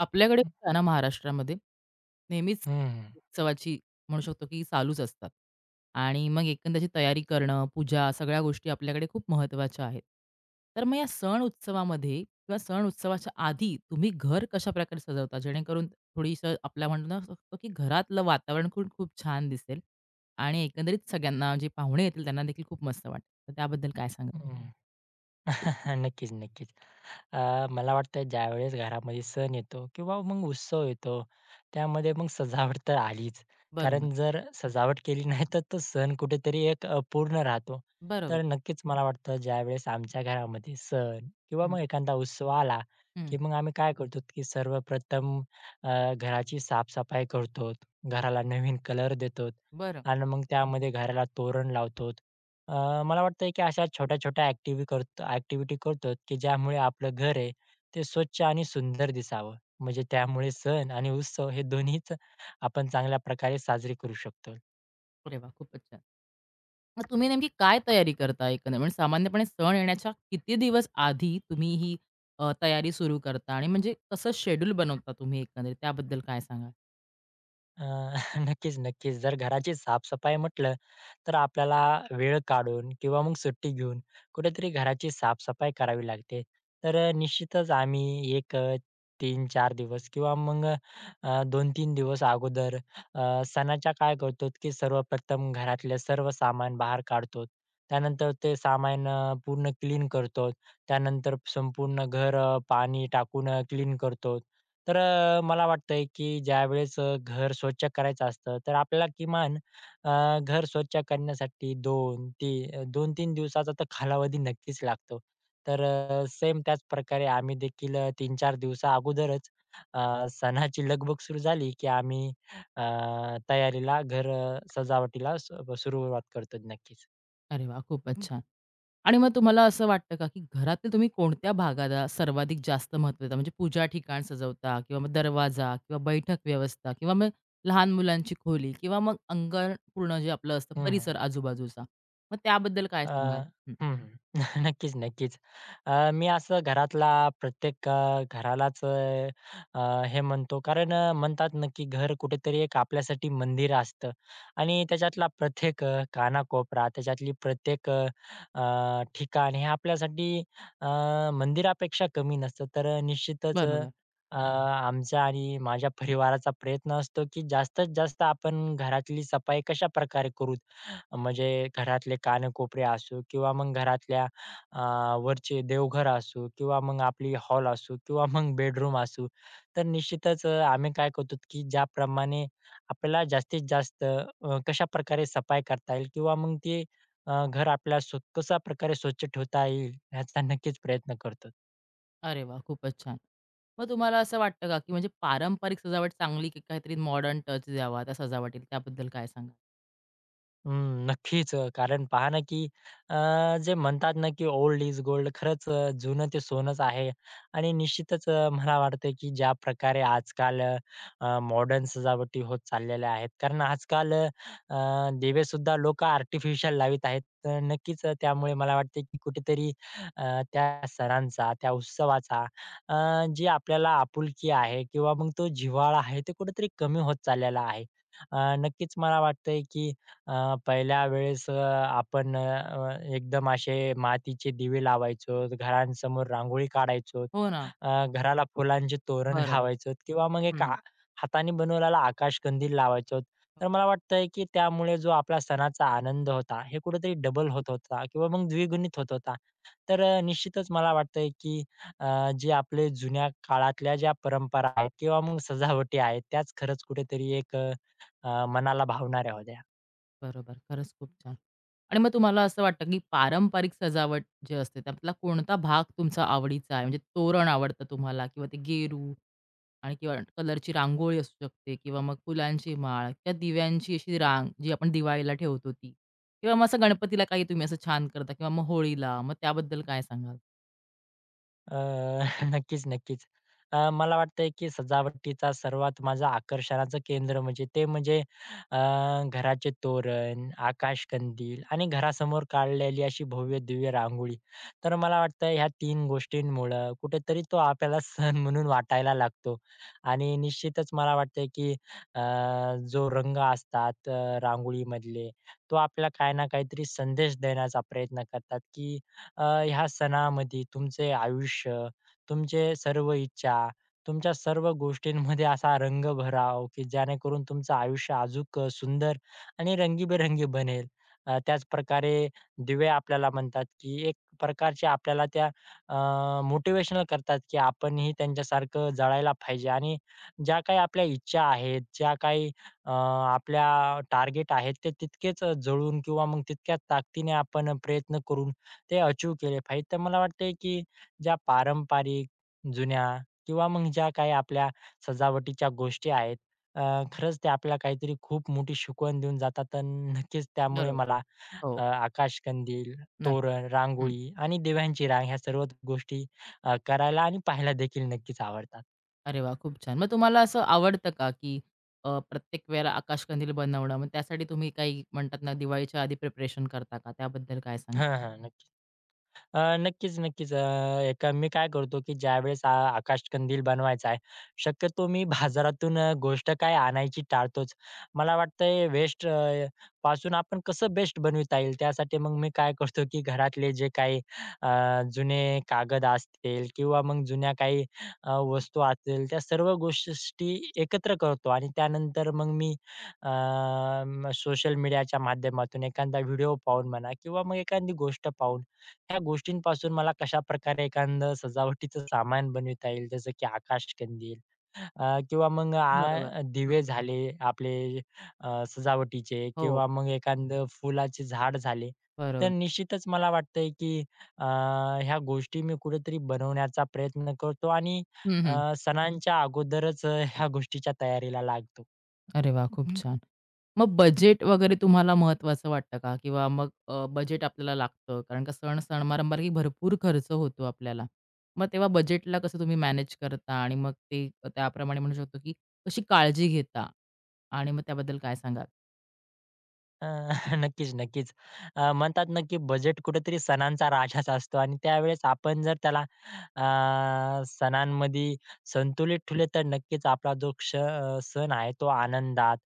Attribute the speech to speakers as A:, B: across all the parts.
A: आपल्याकडे काय आहे ना महाराष्ट्रामध्ये, नेहमीच
B: हं,
A: उत्सवाची म्हणू शकतो की चालूच असतात. आणि मग एकंदाची तयारी करणं, पूजा सगळ्या गोष्टी आपल्याकडे खूप महत्त्वाच्या आहेत. तर मग या सण उत्सवामध्ये किंवा सण उत्सवाच्या आधी तुम्ही घर कशाप्रकारे सजवता? जेणेकरून थोडीसं आपल्या म्हणणं असतं की घरातलं वातावरण खूप खूप छान दिसेल आणि एकंदरीत सगळ्यांना जे पाहुणे येतील त्यांना देखील खूप मस्त वाटेल. तर त्याबद्दल काय सांगाल?
B: हं. नक्कीच, नक्कीच. मला वाटतं ज्यावेळेस घरामध्ये सण येतो किंवा मग उत्सव येतो, त्यामध्ये मग सजावट तर आलीच.
A: बरोबर,
B: कारण जर सजावट केली नाही तर तो सण कुठेतरी एक अपूर्ण राहतो.
A: बरोबर.
B: तर नक्कीच मला वाटतं ज्यावेळेस आमच्या घरामध्ये सण किंवा
A: हं,
B: मग एखादा उत्सव आला,
A: हं.
B: की मग आम्ही काय करतो, की सर्वप्रथम घराची साफसफाई करतो, घराला नवीन कलर देतो
A: बरं.
B: आणि मग त्यामध्ये घराला तोरण लावतो. मला वाटतंय की अशा छोट्या-छोट्या ॲक्टिव्ही करतो ॲक्टिव्हिटी करतो की ज्यामुळे आपलं घर आहे ते स्वच्छ आणि सुंदर दिसावं. म्हणजे त्यामुळे सण आणि उत्सव हे दोन्हीच आपण चांगल्या प्रकारे साजरे करू शकतो.
A: अरे वाह! खूपच छान. मग तुम्ही नेमकी काय तयारी करता एकंदरीत? म्हणजे सामान्यपणे सण येण्याच्या किती दिवस आधी तुम्ही ही तयारी सुरू करता आणि म्हणजे कसं शेड्यूल बनवता तुम्ही एकंदरीत त्याबद्दल काय सांगाल?
B: अ, नक्कीच, नक्कीच. जर घराची साफ-सफाई म्हटलं, तर आपल्याला वेळ काढून किंवा मग सुट्टी घेऊन कुठेतरी घराची साफ-सफाई करावी लागते. तर निश्चितच आम्ही एक 3-4 दिवस किंवा मग 2-3 दिवस अगोदर सणाच्या काय करतो, की सर्वप्रथम घरातले सर्व सामान बाहेर काढतो. त्यानंतर ते सामान पूर्ण क्लीन करतो. त्यानंतर संपूर्ण घर पाणी टाकून क्लीन करतो. तर मला वाटतंय की ज्यावेळेस घर स्वच्छ करायचं असतं, तर आपल्याला किमान घर स्वच्छ करण्यासाठी 2 ती 2-3 दिवसाचा तर कालावधी नक्कीच लागतो. तर सेम त्याच प्रकारे आम्ही देखील 3-4 दिवसा अगोदरच सणाची लगबग सुरू झाली की आम्ही अ, तयारीला सजावटीला स सुरुवात करतो. नक्कीच.
A: अरे वाह! खूपच छान. आणि मग तुम्हाला असं वाटतं का, की घरातील तुम्ही कोणत्या भागाला सर्वाधिक जास्त महत्त्व देता? म्हणजे पूजा ठिकाण सजवता किंवा मग दरवाजा किंवा बैठक व्यवस्था किंवा मग लहान मुलांची खोली किंवा मग अंगण पूर्ण जे आपलं असतं
B: हं, हं.
A: परिसर आजूबाजूचा. मग त्याबद्दल काय
B: अ,
A: सांगाल? हं,
B: हं, हं. नक्कीच, नक्कीच. मी असं घरालाच अ, अ, हे म्हणतो कारण म्हणतात ना, की घर कुठेतरी एक आपल्यासाठी मंदिर असतं आणि त्याच्यातला प्रत्येक कानाकोपरा, त्याच्यातली प्रत्येक अ, अ, ठिकाण हे आपल्यासाठी अ, मंदिरापेक्षा कमी नसतं. तर निश्चितच अ,
A: बरोबर.
B: अ, आमचा आणि माझ्या परिवाराचा प्रयत्न असतो, की जास्तीत जास्त आपण घरातली सफाई कशाप्रकारे करू? म्हणजे घरातले कानकोपरे असू किंवा मग घरातल्या अ, वरचे देवघर असू किंवा मग आपली हॉल असू किंवा मग बेडरूम असू. तर निश्चितच आम्ही काय करतो की ज्याप्रमाणे आपल्याला जास्तीत जास्त कशाप्रकारे सफाई करता येईल किंवा मग ते घर आपल्याला कशा प्रकारे स्वच्छ ठेवता येईल ह्याचा नक्कीच प्रयत्न करतो.
A: अरे वा, खूपच छान. मग तुम्हाला असं वाटतं का, की म्हणजे पारंपरिक सजावट चांगली की काहीतरी मॉडर्न टच द्यावा त्या सजावटीला, त्याबद्दल काय सांगाल?
B: हं, नक्कीच. कारण पहा ना, की अ, जे म्हणतात ना, की ओल्ड इज गोल्ड. खरंच जुनं ते सोनंच आहे आणि निश्चितच मला वाटतं, की ज्या प्रकारे आजकाल मॉडर्न सजावटी होत चाललेल्या आहेत. कारण आजकाल दिवे सुद्धा लोकं आर्टिफिशियल लावीत आहेत. तर नक्कीच त्यामुळे मला वाटतं, की कुठेतरी त्या सणांचा, त्या उत्सवाचा जी आपल्याला आपुलकी आहे किंवा मग तो जिव्हाळा आहे, ते कुठेतरी कमी होत चाललेला आहे. नक्कीच मला वाटतंय, की पहिल्या वेळेस आपण एकदम असे मातीचे दिवे लावायचो, घरांसमोर रांगोळी काढायचो,
A: हो ना,
B: घराला फुलांचे तोरण
A: बरोबर.
B: लावायचो किंवा मग एक आ
A: हं,
B: हाताने बनवलेला आकाशकंदील लावायचो.
A: हो,
B: तर मला वाटतंय, की त्यामुळे जो आपला सणाचा आनंद होता, हे कुठेतरी डबल होत होता किंवा मग द्विगुणित होत होता. तर निश्चितच मला वाटतंय, की जे आपले जुन्या काळातल्या ज्या परंपरा आहेत किंवा मग सजावटी आहेत, त्याच खरंच कुठेतरी एक अ, अ, मनाला भावणाऱ्या होत्या.
A: बरोबर. खरंच खूप छान. आणि मग तुम्हाला असं वाटतं, की पारंपरिक सजावट जे असते, त्यातला कोणता भाग तुमचा आवडीचा आहे? म्हणजे तोरण आवडतं तुम्हाला किंवा ते गेरू आणि किंवा कलरची रांगोळी असू शकते किंवा मग फुलांची माळ किंवा दिव्यांची अशी रांग जी आपण दिवाळीला ठेवतो ती किंवा मग असं गणपतीला काही तुम्ही असं छान करता किंवा मग होळीला, मग त्याबद्दल काय सांगाल?
B: अ, नक्कीच, नक्कीच. मला वाटतंय की सजावटीचा सर्वात माझा आकर्षणाचं केंद्र म्हणजे ते म्हणजे अ, घराचे तोरण, आकाशकंदील आणि घरासमोर काढलेली अशी भव्य-दिव्य रांगोळी. तर मला वाटतं ह्या 3 गोष्टींमुळं कुठेतरी तो आपल्याला सण म्हणून वाटायला लागतो. आणि निश्चितच मला वाटतंय की अ, जो रंग असतात रांगोळीमधले, तो आपल्याला काही ना काहीतरी संदेश देण्याचा प्रयत्न करतात की ह्या सणामध्ये तुमचे आयुष्य, तुमचे सर्व इच्छा, तुमच्या सर्व गोष्टींमध्ये असा रंग भराव, की जेणेकरून तुमचं आयुष्य अजूक सुंदर आणि रंगीबेरंगी बनेल. त्याचप्रकारे दिवे आपल्याला म्हणतात, की एक प्रकारचे आपल्याला त्या अ, करतात, की आपणही त्यांच्यासारखं जळायला पाहिजे आणि ज्या काही आपल्या इच्छा आहेत, ज्या काही अ, आपल्या टार्गेट आहेत, ते तितकेच जळून किंवा मग तितक्याच ताकदीने आपण प्रयत्न करून ते अचीव्ह केले पाहिजे. तर मला वाटतंय की ज्या पारंपरिक, जुन्या किंवा मग ज्या काही आपल्या सजावटीच्या गोष्टी आहेत, अ, खरंच ते आपल्याला काहीतरी खूप मोठी शिकवण देऊन जातात आणि नक्कीच त्यामुळे
A: बरोबर.
B: मला
A: हो.
B: आकाशकंदील,
A: नाही.
B: तोरण,
A: हं.
B: रांगोळी आणि दिव्यांची रांग ह्या सर्वच गोष्टी करायला आणि पाहायला देखील नक्कीच आवडतात.
A: अरे वाह! खूप छान. मग तुम्हाला असं आवडतं का, की प्रत्येक वेळेला आकाशकंदील बनवणं, मग त्यासाठी तुम्ही काही म्हणतात ना, दिवाळीच्या आधी प्रिपरेशन करता का? त्याबद्दल काय सांगाल?
B: हं, हं. नक्की. नक्कीच, नक्कीच. एका मी काय करतो, की ज्यावेळेस आकाशकंदील बनवायचा आहे, शक्यतो मी बाजारातून गोष्ट काय आणायची टाळतोच. मला वाटतंय वेस्ट पासून आपण कसं बेस्ट बनविता येईल, त्यासाठी मग मी काय करतो, की घरातले जे काही अ, जुने कागद असतील किंवा मग जुन्या काही वस्तू असतील, त्या सर्व गोष्टी एकत्र करतो आणि त्यानंतर मग मी सोशल मीडियाच्या माध्यमातून एखादा व्हिडिओ पाहून म्हणा किंवा मग एखादी गोष्ट पाहून ह्या गोष्टींपासून मला कशाप्रकारे एखादं सजावटीचं सामान बनविता येईल, जसं की आकाशकंदील किंवा मग
A: बरोबर. हं.
B: दिवे झाले आपले सजावटीचे
A: हो.
B: किंवा मग एखादं फुलाचे झाड झाले. तर
A: बरोबर.
B: निश्चितच मला वाटतंय की अ, ह्या गोष्टी मी कुठेतरी बनवण्याचा प्रयत्न करतो आणि
A: हं, हं.
B: सणांच्या अगोदरच ह्या गोष्टीच्या तयारीला लागतो.
A: अरे वाह! खूप छान. मग बजेट वगैरे तुम्हाला महत्त्वाचं वाटतं का? किंवा मग बजेट आपल्याला लागतं कारण का सण सणमारंभाला की भरपूर खर्च होतो आपल्याला. मग तेव्हा बजेटला कसं तुम्ही मॅनेज करता आणि मग ते त्याप्रमाणे म्हणू शकतो, की कशी काळजी घेता? आणि मग त्याबद्दल काय सांगाल?
B: अ, नक्कीच, नक्कीच. म्हणतात ना, की बजेट कुठेतरी सणांचा राजाच असतो आणि त्यावेळेस आपण जर त्याला अ, सणांमध्ये संतुलित ठेवले, तर नक्कीच आपला जो सण आहे तो आनंदात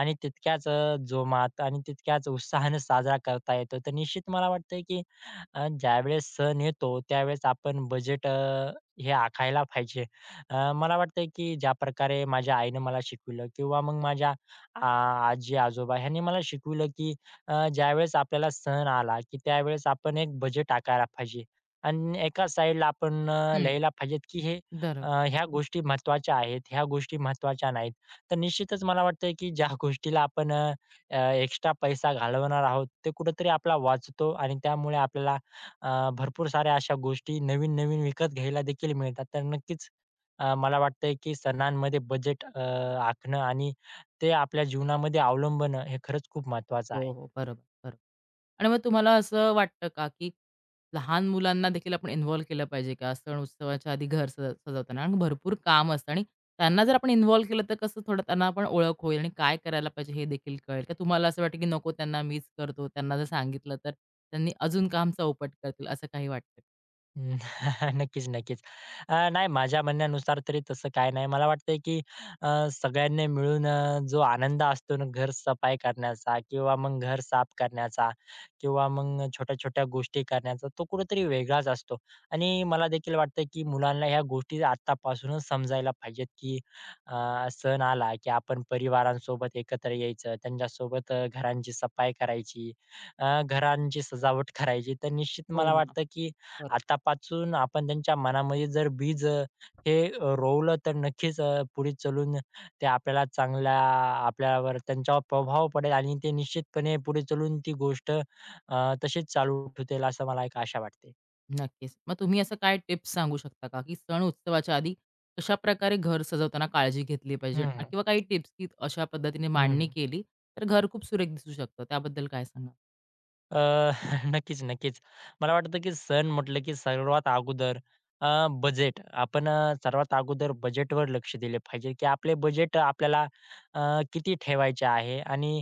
B: आणि तितक्याच जोमात आणि तितक्याच उत्साहाने साजरा करता येतो. तर निश्चित मला वाटतंय, की ज्यावेळेस सण येतो, त्यावेळेस आपण बजेट हे आखायला पाहिजे. मला वाटतंय, की ज्याप्रकारे माझ्या आईनं मला शिकवलं किंवा मग माझ्या आ आजी-आजोबा ह्यांनी मला शिकवलं, की ज्यावेळेस आपल्याला सण आला, की त्यावेळेस आपण एक बजेट आकारायला पाहिजे आणि एका साइडला आपण
A: हं.
B: लिहायला पाहिजेत, की
A: बरोबर.
B: ह्या गोष्टी महत्त्वाच्या आहेत, ह्या गोष्टी महत्त्वाच्या नाहीत. तर निश्चितच मला वाटतं, की ज्या गोष्टीला आपण एक्स्ट्रा पैसा घालवणार आहोत, ते कुठेतरी आपला वाचतो आणि त्यामुळे आपल्याला भरपूर साऱ्या अशा गोष्टी नवीन-नवीन विकत घ्यायला देखील मिळतात. तर नक्कीच मला वाटतंय, की सणांमध्ये बजेट आखणं आणि ते आपल्या जीवनामध्ये अवलंबणं हे खरंच खूप महत्वाचं
A: हो,
B: आहे.
A: हो. बरोबर, बरोबर. आणि मग तुम्हाला असं वाटतं का, की लहान मुलांना देखील आपण इन्व्हॉल्व केलं पाहिजे का? सण उत्सवाच्या आधी घर सजवताना आणि भरपूर काम असतं आणि त्यांना जर आपण इन्व्हॉल्व केलं तर कसं थोडं त्यांना पण ओळख होईल आणि काय करायला पाहिजे हे देखील कळेल. का तुम्हाला असं वाटतं, की नको त्यांना मीच करतो. त्यांना जर सांगितलं तर त्यांनी अजून काम चौपट करतील असं काही वाटतं?
B: हं, नक्कीच, नक्कीच. नाही माझ्या म्हणण्यानुसार तरी तसं काही नाही. मला वाटतंय की अ, सगळ्यांनी मिळून जो आनंद असतो ना घर सफाई करण्याचा किंवा मग घर साफ करण्याचा किंवा मग छोट्या-छोट्या गोष्टी करण्याचा तो कुठेतरी वेगळाच असतो. आणि मला देखील वाटतं की मुलांना ह्या गोष्टी आत्तापासूनच समजायला पाहिजेत की अ, सण आला की आपण परिवारांसोबत एकत्र यायचं, त्यांच्यासोबत घरांची सफाई करायची, घरांची सजावट करायची. तर निश्चित
A: हो
B: मला
A: ना.
B: वाटतं की आतापासून आपण त्यांच्या मनामध्ये जर बीज हे रोवलं तर नक्कीच पुढे चालून ते आपल्याला चांगल्या आपल्यावर त्यांच्यावर प्रभाव पडेल आणि ते निश्चितपणे पुढे चालून ती गोष्ट तशीच चालू ठेवतील असं मला एक आशा वाटते.
A: नक्कीच. मग तुम्ही असं काय टिप्स सांगू शकता का, की सण उत्सवाच्या आधी कशाप्रकारे घर सजवताना काळजी घेतली पाहिजे?
B: हं, हं.
A: किंवा काही टिप्स की अशा पद्धतीने मांडणी केली, तर घर खूप सुरेख दिसू शकतं. त्याबद्दल काय सांगाल?
B: अ, नक्कीच, नक्कीच. मला वाटतं, की सण म्हटलं, की सर्वात अगोदर अ, बजेट आपण अ, सर्वात अगोदर बजेटवर लक्ष दिले पाहिजे, की आपले बजेट आपल्याला अ, किती ठेवायचे आहे आणि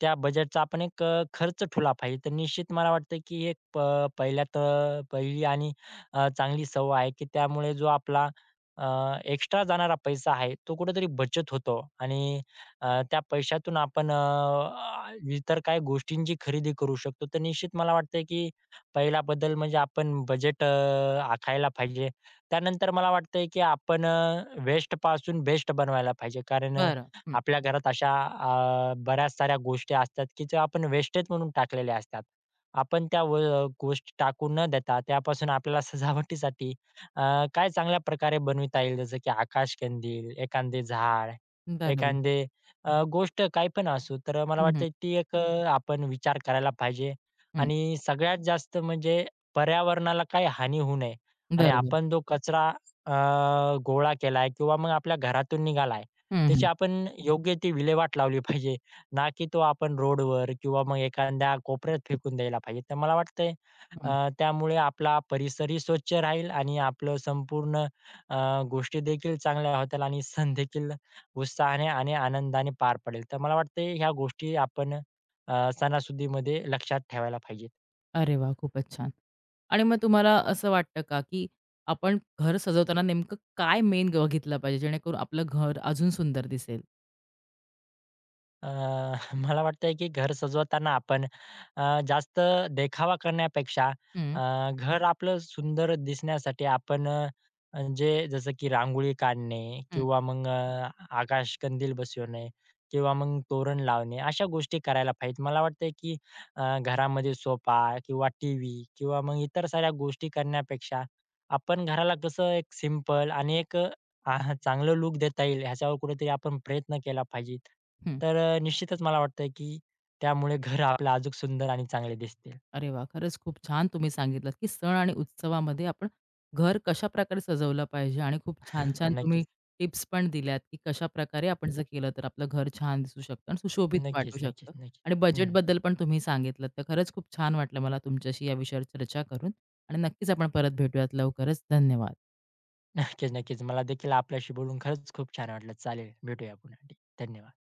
B: त्या बजेटचा आपण एक खर्च ठेवला पाहिजे. तर निश्चित मला वाटतं, की एक प पहिल्या तर पहिली आणि चांगली सवय आहे, की त्यामुळे जो आपला एक्स्ट्रा जाणारा पैसा आहे, तो कुठेतरी बचत होतो आणि त्या पैशातून आपण इतर काही गोष्टींची खरेदी करू शकतो. तर निश्चित मला वाटतंय की पहिला बदल म्हणजे आपण बजेट आखायला पाहिजे. त्यानंतर मला वाटतंय की आपण वेस्टपासून बेस्ट बनवायला पाहिजे. कारण
A: बरं. हं.
B: आपल्या घरात अशा बऱ्याच साऱ्या गोष्टी असतात की ज्या आपण वेस्टेज म्हणून टाकलेल्या असतात. आपण त्या व गोष्टी टाकू न देता त्यापासून आपल्याला सजावटीसाठी अ, काय चांगल्या प्रकारे बनविता येईल जसं की आकाशकंदील, एखादे झाड,
A: बरोबर.
B: एखादे गोष्ट काही पण असो, तर मला
A: हं, हं.
B: वाटतं ती एक आपण विचार करायला पाहिजे आणि सगळ्यात जास्त म्हणजे पर्यावरणाला काही हानी होऊ नये आणि
A: बरोबर.
B: आपण जो कचरा अ, गोळा केलाय किंवा मग आपल्या घरातून निघालाय,
A: हं,
B: त्याची
A: हं.
B: आपण योग्य ती विल्हेवाट लावली पाहिजे. ना की तो आपण रोडवर किंवा मग एखाद्या कोपऱ्यात फेकून द्यायला पाहिजे. तर मला वाटतंय
A: हं.
B: त्यामुळे आपला परिसरही स्वच्छ राहील आणि आपलं संपूर्ण गोष्टी देखील चांगल्या होतील आणि सण देखील उत्साहाने आणि आनंदाने पार पडेल. तर मला वाटतंय ह्या गोष्टी आपण सणासुदीमध्ये लक्षात ठेवायला पाहिजे.
A: अरे वाह! खूपच छान. आणि मग तुम्हाला असं वाटतं का, की आपण घर सजवताना नेमकं काय मेन बघितलं पाहिजे, जेणेकरून आपलं घर अजून सुंदर दिसेल?
B: अ, मला वाटतंय की घर सजवताना आपण जास्त देखावा करण्यापेक्षा
A: हं.
B: अ, घर आपलं सुंदर दिसण्यासाठी आपण जे जसं की रांगोळी काढणे
A: हं.
B: किंवा मग आकाशकंदील बसवणे किंवा मग तोरण लावणे अशा गोष्टी करायला पाहिजेत. मला वाटतंय की घरामध्ये सोफा किंवा टीव्ही किंवा मग इतर साऱ्या गोष्टी करण्यापेक्षा आपण घराला कसं एक सिंपल आणि एक चांगलं लूक देता येईल ह्याच्यावर कुठेतरी आपण प्रयत्न केला पाहिजे.
A: हं.
B: तर निश्चितच मला वाटतंय की त्यामुळे घर आपलं अजूक सुंदर आणि चांगले दिसतील.
A: अरे वाह! खरंच खूप छान तुम्ही सांगितलंत, की सण आणि उत्सवामध्ये आपण घर कशाप्रकारे सजवलं पाहिजे आणि खूप छान-छान तुम्ही
B: नक्कीच.
A: टिप्स पण दिल्यात, की कशाप्रकारे आपण जर केलं तर आपलं घर छान दिसू शकतं आणि सुशोभित वाटू
B: नक्कीच, नक्कीच,
A: शकतं
B: नक्कीच.
A: आणि
B: हं.
A: बजेटबद्दल पण तुम्ही सांगितलंत. तर खरंच खूप छान वाटलं मला तुमच्याशी या विषयावर चर्चा करून आणि नक्कीच आपण परत भेटूयात लवकरच. धन्यवाद.
B: नक्कीच, नक्कीच. मला देखील आपल्याशी बोलून खरंच खूप छान वाटलं. चालेल, भेटूया पुन्हा. धन्यवाद.